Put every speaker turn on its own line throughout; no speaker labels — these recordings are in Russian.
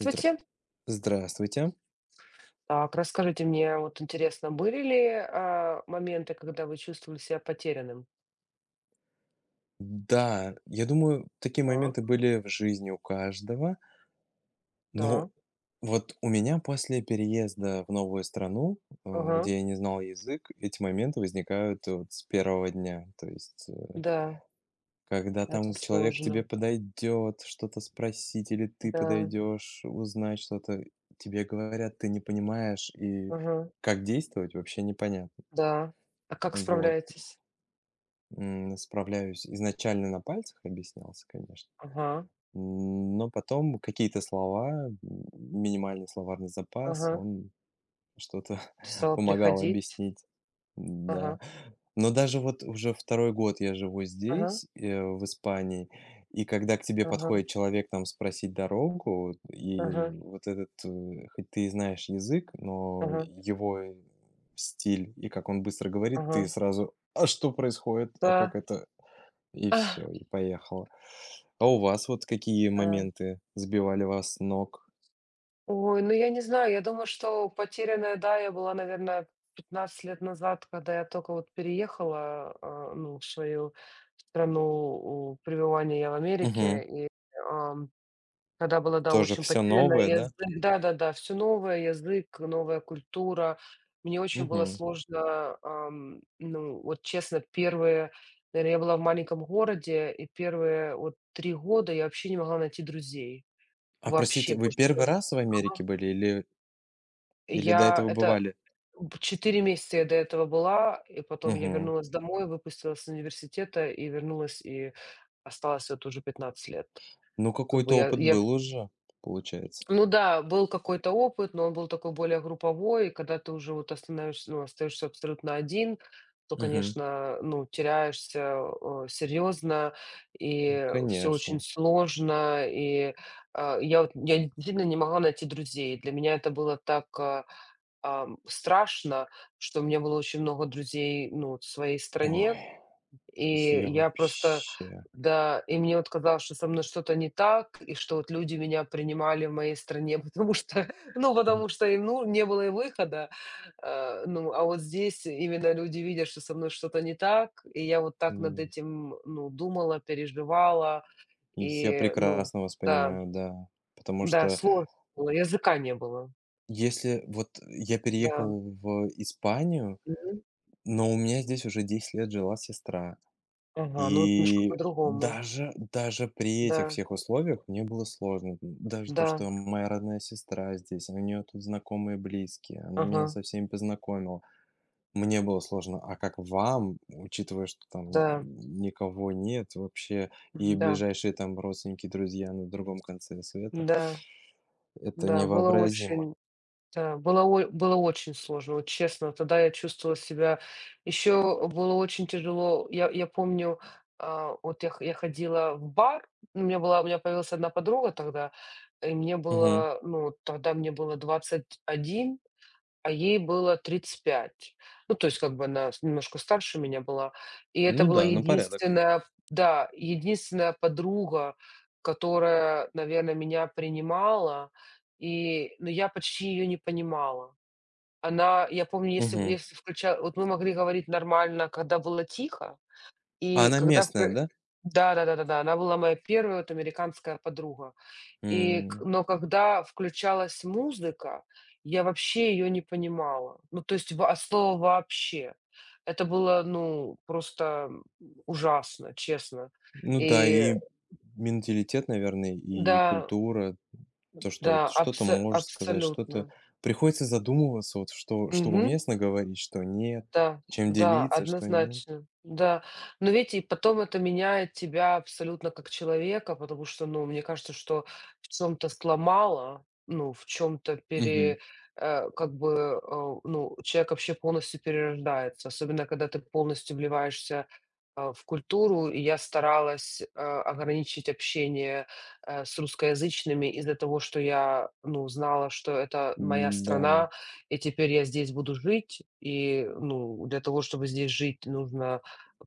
Здра Здравствуйте.
Так, расскажите мне, вот интересно, были ли, моменты, когда вы чувствовали себя потерянным?
Да, я думаю, такие
Так,
моменты были в жизни у каждого, но
да,
вот у меня после переезда в новую страну,
ага,
где я не знал язык, эти моменты возникают вот с первого дня. То есть,
да,
когда там
это
человек к тебе
сложно.
подойдет, что-то спросить, или ты
Да,
подойдешь узнать что-то, тебе говорят, ты не понимаешь, и
ага,
как действовать, вообще непонятно.
да. А как
Вот,
справляетесь?
справляюсь. Изначально на пальцах объяснялся, конечно.
Ага,
Но потом какие-то слова, минимальный словарный запас,
ага.
он что-то
Стало
помогал
приходить.
объяснить. Да.
Ага,
Но даже вот уже второй год я живу
ага,
здесь, в Испании, и когда к тебе
ага,
подходит человек там спросить дорогу, и
ага,
вот этот, хоть ты и знаешь язык, но
ага,
его стиль и как он быстро говорит, ты
ага.
сразу: "А что происходит? А как
Да.
это?" И
Ах,
все и поехало. А у вас вот какие
да.
моменты сбивали вас с ног?
Ой, ну я не знаю, я думаю, что потерянная, да, я была, наверное, 15 лет назад, когда я только вот переехала, ну, в свою страну у пребывания, я в
Мгм.
Америке, и, ам, тогда была, да,
Тоже
очень
все
потеряна,
новое, да?
язык, да-да-да, все новое, язык, новая культура. Мне очень было
Мгм.
сложно, ну, вот честно, первые, наверное, я была в маленьком городе, и первые вот 3 года я вообще не могла найти друзей,
А простите,
вообще,
вы первый
потому что
раз в Америке были или до
я
этого
это
бывали?
П 4 месяца я до этого была, и потом я
Мгм.
вернулась домой, выпустилась с университета и вернулась, и осталась вот уже 15 лет.
Ну,
Как бы
какой-то опыт
я
был уже, получается.
ну да, был какой-то опыт, но он был такой более групповой, и когда ты уже вот остановишься ну, остаешься абсолютно один, то,
Мгм.
конечно, ну, теряешься, серьезно, и всё очень
Конечно.
сложно. И, я действительно не могла найти друзей. Для меня это было так, страшно, что у меня было очень много друзей, ну, в своей стране.
Ой, я
И я просто,
вообще,
да, и мне вот казалось, что со мной что-то не так, и что вот люди меня принимали в моей стране, потому что, ну,
м,
потому что им, ну, не было и выхода. Ну, а вот здесь именно люди видят, что со мной что-то не так, и я вот так над
м,
этим, ну, думала, переживала,
я
и, ну,
прекрасно вас
да,
понимаю, да. Потому
да,
что
сложно было, языка не было,
если вот я
да.
переехал в Испанию,
Мгм.
но у меня здесь уже 10 лет жила сестра.
Ага, ну, вот немножко
И
по-другому.
даже при этих
Да,
всех условиях мне было сложно. Даже то,
да,
что моя родная сестра здесь, у нее тут знакомые, близкие, она
ага,
меня со всеми познакомила. Мне было сложно. А как вам, учитывая, что там
да,
никого нет вообще, и
да,
ближайшие там родственники, друзья на другом конце света,
да,
это
да, было
невообразимо.
очень, да, было очень сложно, вот честно. Тогда я чувствовала себя еще было очень тяжело. Я помню, вот я ходила в бар, ну, у меня появилась одна подруга тогда, и мне
Мгм.
было, ну, тогда мне было 21. А ей было 35. Ну, то есть как бы она с немножко старше меня была. И это
Ну
была
да, на порядок.
единственная, да, единственная подруга, которая, наверное, меня принимала, но я почти ее не понимала. Она, я помню, если бы
Мгм.
если включа вот мы могли говорить нормально, когда было тихо,
А
и
она
когда в
местная,
пр
да?
да-да-да-да-да, она была моя первая вот американская подруга. И к
М.
но когда включалась музыка, я вообще ее не понимала. Ну, то есть во от слова "вообще". Это было, ну, просто, ужасно, честно.
Ну да,
И
и менталитет, наверное, и
да,
культура, то, что вот
да,
что-то
абсо
можешь сказать, что-то
абсолютно.
приходится задумываться, вот что, уместно говорить, что нет,
Да,
чем
да,
делиться, что нет.
однозначно, да. Но ведь и потом это меняет тебя абсолютно как человека, потому что, ну, мне кажется, что в чем то сломало, ну, в чем то
Мгм.
пере как бы, ну, человек вообще полностью перерождается, особенно когда ты полностью вливаешься, в культуру. И я старалась, ограничить общение, с русскоязычными из-за того, что я, ну, знала, что это моя
Да,
страна. И теперь я здесь буду жить, и, ну, для того, чтобы здесь жить, нужно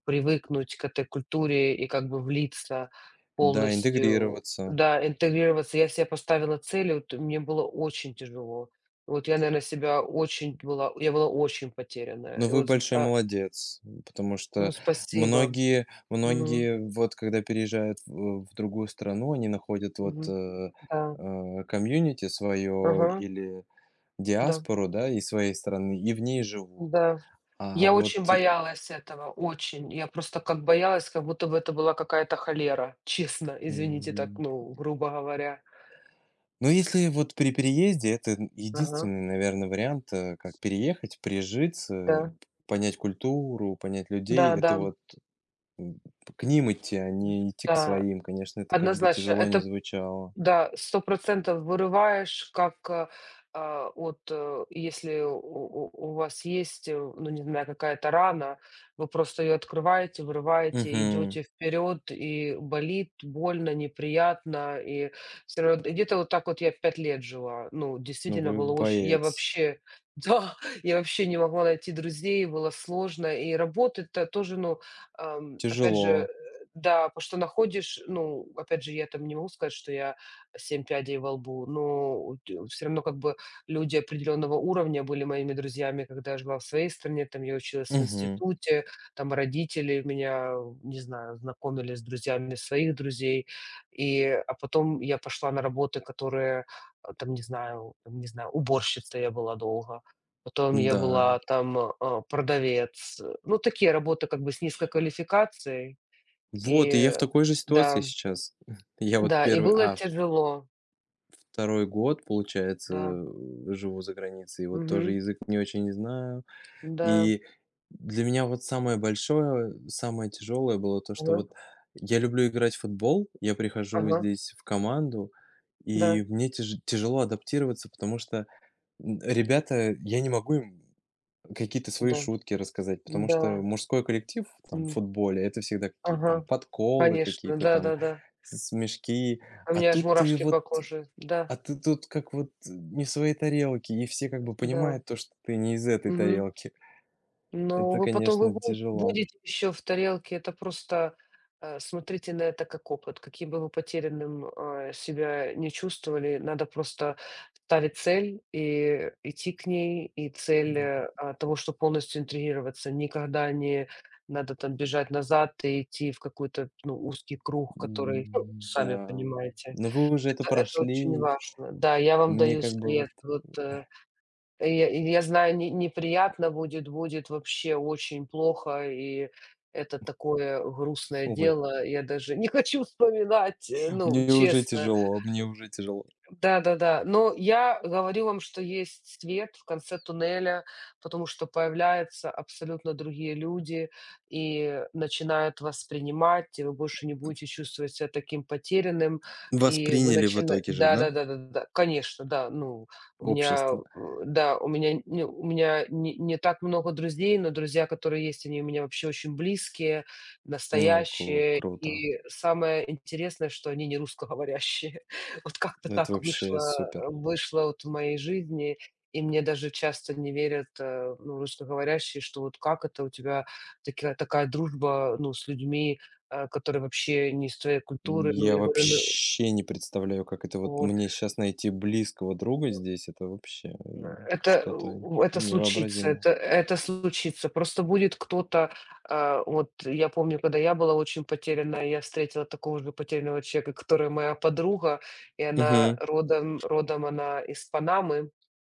привыкнуть к этой культуре и как бы влиться
да,
полностью,
интегрироваться.
да, интегрироваться. Я себе поставила цели, вот мне было очень тяжело. Вот я, наверное, себя очень была, я была очень потерянная.
Но
И
вы
вот,
большой молодец, потому
ну,
что
спасибо.
многие,
Мгм.
многие вот когда переезжают в другую страну, они находят вот
Мгм. Да.
комьюнити свое
Ага.
или
Да.
диаспору, да, из своей страны, и в ней живут.
Да.
А
Я
вот,
очень боялась этого, очень. Я просто как боялась, как будто бы это была какая-то холера. Честно, извините, так,
м,
ну, грубо говоря.
ну, если вот при переезде, это
Ага,
единственный, наверное, вариант, как переехать, прижиться,
да,
понять культуру, понять людей. Это
да-да,
вот м, к ним идти, а
м,
не идти к
да,
своим. Конечно, это как бы
однозначно.
тяжело не
Это.
звучало.
Да, сто процентов вырываешь, как, от, если у вас есть, ну, не знаю, какая-то рана, вы просто ее открываете, вырываете,
Угу.
идете вперед и болит, больно, неприятно, и все равно и где-то вот так вот я 5 лет жила. Ну,
Ну,
действительно
вы
было очень я
боец.
вообще да, я вообще не могла найти друзей, было сложно, и работать-то тоже, ну, опять же,
Тяжело.
да, потому что находишь, ну, опять же, я там не могу сказать, что я 7 пядей во лбу. Но все равно как бы люди определенного уровня были моими друзьями, когда я жила в своей стране, там я училась в
Угу.
институте, там родители меня, не знаю, знакомили с друзьями своих друзей. И, потом я пошла на работы, которые, там, не знаю, уборщицей я была долго, потом я
Да.
была там, продавец. Ну, такие работы как бы с низкой квалификацией.
Вот, и я
И
в такой же
да,
ситуации сейчас. Я вот
да, и
первый.
было
А,
тяжело,
второй год, получается,
да.
живу за границей, и вот тоже
Мгм.
язык не очень знаю.
Да.
И для меня вот самое большое, самое тяжелое было то, что
Ага.
вот я люблю играть в футбол, я прихожу
Ага.
здесь в команду, и
Да.
мне тяжело адаптироваться, потому что, ребята, я не могу им какие-то свои
Да.
шутки рассказать, потому
Да.
что мужской коллектив там в
М.
футболе — это всегда какие-то там
Ага.
подколы,
Конечно.
какие-то там
Да-да-да.
с смешки.
У
А
меня аж
тут ты
мурашки
вот
по коже. Да.
а ты тут как вот не в своей тарелке, и все как бы
Да.
понимают то, что ты не из этой
Мгм.
тарелки.
Но
Это,
вы потом вы
конечно,
бу
тяжело.
будете еще в тарелке. Это просто, смотрите на это как опыт. Каким бы вы потерянным, себя не чувствовали, надо просто ставить цель и идти к ней. И цель, от того, что полностью интегрироваться. Никогда не надо там бежать назад и идти в какой-то, ну, узкий круг, который, ну,
М,
сами
да.
понимаете.
Но вы уже это
Это очень
прошли.
важно. Да, я вам
Мне
даю
как бы вот,
совет. Вот, и я знаю, не неприятно будет вообще очень плохо, и это такое грустное
ой,
дело. Я даже не хочу вспоминать, ну,
мне уже
честно.
тяжело, мне уже тяжело.
Да-да-да. Но я говорю вам, что есть свет в конце туннеля, потому что появляются абсолютно другие люди и начинают вас принимать, и вы больше не будете чувствовать себя таким потерянным,
Вас
и вы
приняли в
начинаете.
итоге же, да?
Да-да-да-да-да, конечно, да. Ну, у меня,
Общество.
да, у меня не так много друзей, но друзья, которые есть, они у меня вообще очень близкие,
Ну, кру
настоящие.
круто.
И самое интересное, что они не русскоговорящие. Вот как-то
Это
так
вообще
вышло
супер.
э, вышло вот в моей жизни, и мне даже часто не верят, ну, русскоговорящие, что вот как это у тебя такая такая дружба, ну, с людьми, которые вообще не из твоей культуры. Ну,
Я
я говорю, ну
вообще не представляю, как это вот
вот,
мне сейчас найти близкого друга здесь. Это вообще,
н это,
что-то
у это случится,
невообразимое.
это случится. Просто будет кто-то, вот я помню, когда я была очень потерянная, я встретила такого же потерянного человека, который моя подруга, и она
Мгм,
родом она из Панамы.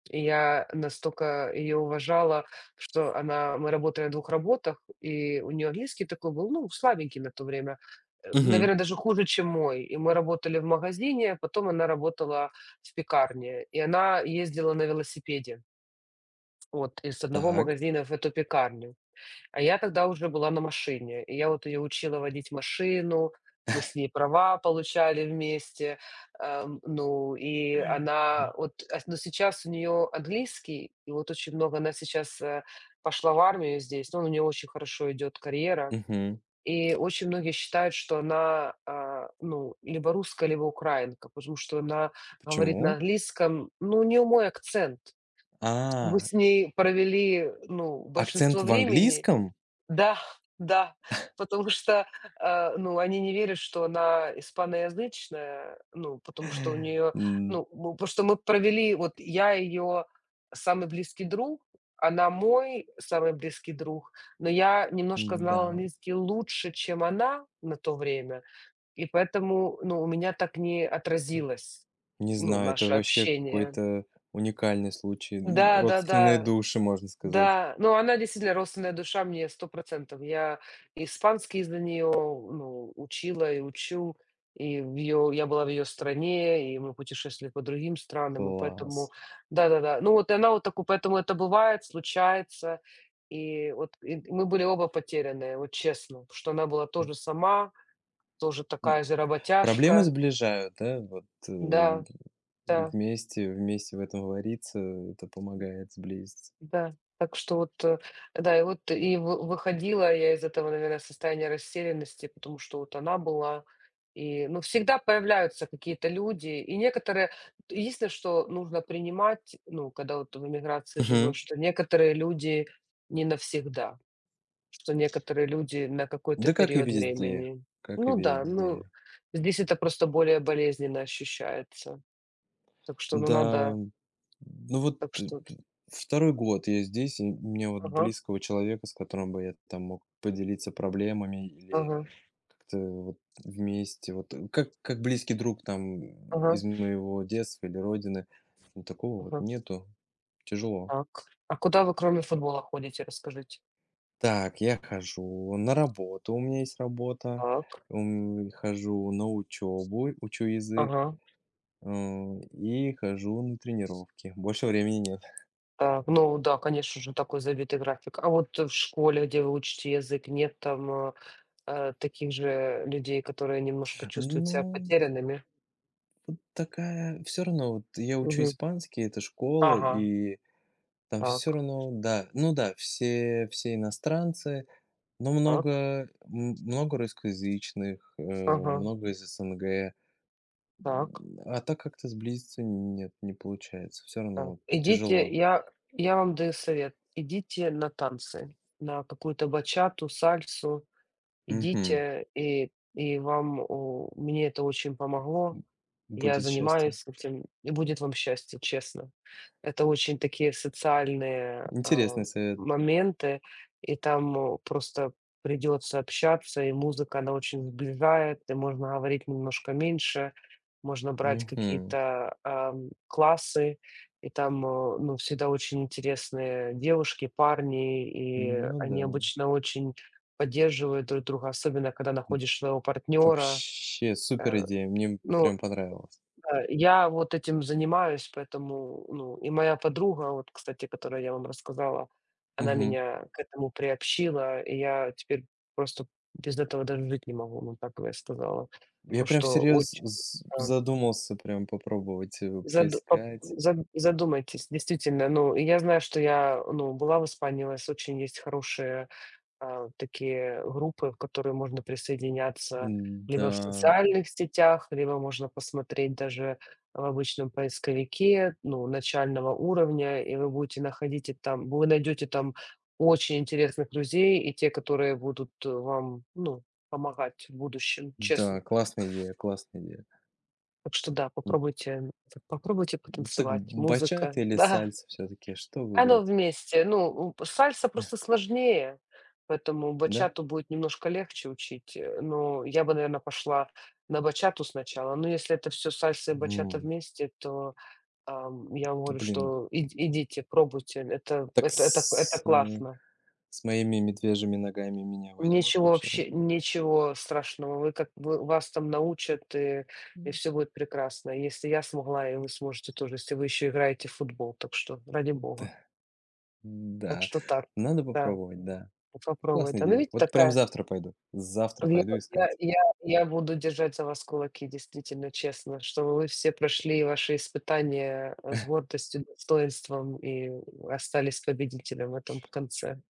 И я настолько ее уважала, что она мы работали на двух работах, и у нее английский такой был, ну, слабенький на то время,
мгм.
наверное даже хуже, чем мой. И мы работали в магазине, а потом она работала в пекарне, и она ездила на велосипеде, вот, из одного
Так.
магазина в эту пекарню. А я тогда уже была на машине, и я вот ее учила водить машину, мы с ней права получали вместе. Ну, и она вот ас но сейчас у нее английский, и вот очень много она сейчас, пошла в армию здесь, но у нее очень хорошо идет карьера.
Мгм.
И очень многие считают, что она, ну, либо русская, либо украинка, потому что она говорит на
Почему?
английском. Ну, у нее мой акцент. Мы
А,
с ней провели, ну,
акцент
большинство
в
времени
английском?
да, да, потому что, ну, они не верят, что она испаноязычная, ну, потому что у нее,
М,
ну, мы потому что мы провели, вот я ее самый близкий друг, она мой самый близкий друг, но я немножко знала
да
английский лучше, чем она на то время, и поэтому, ну, у меня так не отразилось,
не
ну,
знаю, это
наше
вообще
общение.
какой-то уникальный случай. Родственные
Да-да-да.
души, можно сказать.
Да, ну она действительно родственная душа мне 100. Я испанский из-за нее ну, учила и учу, и в ее я была в ее стране, и мы путешествовали по другим странам, и поэтому
Класс.
да-да-да. Ну, вот и она вот такую поэтому это бывает, случается. И вот и мы были оба потерянные, вот честно, что она была тоже сама, тоже
М,
такая же
Проблемы
работяжка.
сближают, да? Вот,
Да, да.
вместе в этом вариться, это помогает сблизиться.
Да, так что вот, да, и вы выходила я из этого, наверное, состояния растерянности, потому что вот она была. И, ну, всегда появляются какие-то люди, и некоторые единственное, что нужно принимать, ну, когда вот в эмиграции
Мгм.
живешь, что некоторые люди не навсегда, что некоторые люди на какой-то
Да как и
период
везде,
времени.
как и
Ну да, ну,
везде.
здесь это просто более болезненно ощущается. Так что, ну,
Да,
надо.
ну вот
Так
т
что.
т 2-й год я здесь, и мне вот
Ага,
близкого человека, с которым бы я там мог поделиться проблемами или
ага,
как-то вот вместе, вот, как близкий друг там
ага,
из моего детства или родины, ну, такого вот
ага.
нету, тяжело.
Так. А куда вы кроме футбола ходите, расскажите?
Так, я хожу на работу, у меня есть работа,
Так.
хожу на учебу, учу язык,
Ага.
и хожу на тренировки. Больше времени нет.
Так, ну да, конечно же, такой забитый график. А вот в школе, где вы учите язык, нет там, таких же людей, которые немножко чувствуют себя
Ну,
потерянными?
такая все равно вот я учу
Мгм.
испанский, это школа,
Ага.
и там все
Так,
равно, да, ну да, все иностранцы, но
так,
много много русскоязычных,
ага,
много из СНГ.
так,
А так как-то сблизиться нет, не получается. Все
так.
равно
Идите,
тяжело.
я вам даю совет: идите на танцы, на какую-то бачату, сальсу.
Мгм.
Идите, и вам, у мне это очень помогло. Я
Будет счастье.
занимаюсь этим, и будет вам счастье, честно. Это очень такие социальные,
Интересный совет.
моменты, и там, просто придется общаться, и музыка, она очень сближает, и можно говорить немножко меньше, можно брать
Мгм.
какие-то, классы, и там, ну, всегда очень интересные девушки, парни, и
Ну
они
да.
обычно очень поддерживают друг друга, особенно когда
М,
находишь своего партнёра.
Вообще супер
Э,
идея, мне
ну.
прям понравилось.
Я вот этим занимаюсь, поэтому, ну, и моя подруга, вот, кстати, которая я вам рассказала, она
Мгм.
меня к этому приобщила, и я теперь просто без этого даже жить не могу, ну, так бы я сказала.
Я
Ну,
прям
что
всерьез
очень,
з
а,
задумался прям попробовать,
заду ап
поискать.
зад задумайтесь, действительно. Ну, и я знаю, что я, ну, была в Испании, у нас очень есть хорошие такие группы, в которые можно присоединяться
М-да,
либо в
да,
социальных сетях, либо можно посмотреть даже в обычном поисковике, ну, начального уровня, и вы будете находить и там, вы найдете там очень интересных друзей и те, которые будут вам, ну, помогать в будущем,
да,
честно.
классная идея, классная идея.
Так что да,
М,
попробуйте, попробуйте
так
потанцевать.
бачата
Музыка,
или
да.
сальса все таки что
Оно
выбрать?
вместе. Ну, у сальса
Э,
просто сложнее, поэтому
да?
бачату будет немножко легче учить. Но я бы, наверное, пошла на бачату сначала. Но если это все сальса и бачата
М,
вместе, то, я вам
т
говорю,
Блин,
что ид идите, пробуйте. Это
так
это это это
с э,
классно.
с моими медвежьими ногами меня возьмут
Ничего
вообще?
вообще, ничего страшного. Вы как вы вас там научат, и
М,
всё будет прекрасно. Если я смогла, и вы сможете тоже, если вы еще играете в футбол. Так что, ради бога.
да,
Так
да,
что так,
надо
да.
попробовать, да.
Попробовать,
Классная
да. Ну,
идея.
видите,
Вот прям
такая
завтра
вот
пойду
я
искать.
я я буду держать за вас кулаки, действительно, честно, чтобы вы все прошли ваши испытания, с гордостью, достоинством и остались победителем в этом конце.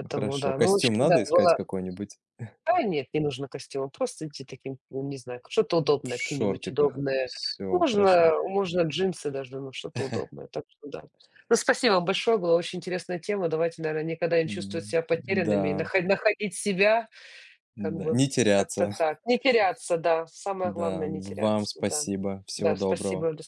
Ну, хорошо.
да. Ну, в
Костюм
общем, да,
надо искать
было.
какой-нибудь?
Да нет, не нужно костюм, а просто идти таким, ну, не знаю, что-то
В
удобное, какие-нибудь
шортиках.
удобные.
Все хорошо.
Можно джинсы даже, но что-то удобное, так что да. Ну, спасибо вам большое, была очень интересная тема. Давайте, наверное, никогда не чувствовать себя потерянными и
Да,
находить себя как
да,
бы
не
как-то
теряться.
так. Не теряться, да. Самое
Да,
главное- не
вам
теряться, да.
спасибо. Всего
Да,
доброго.
спасибо, до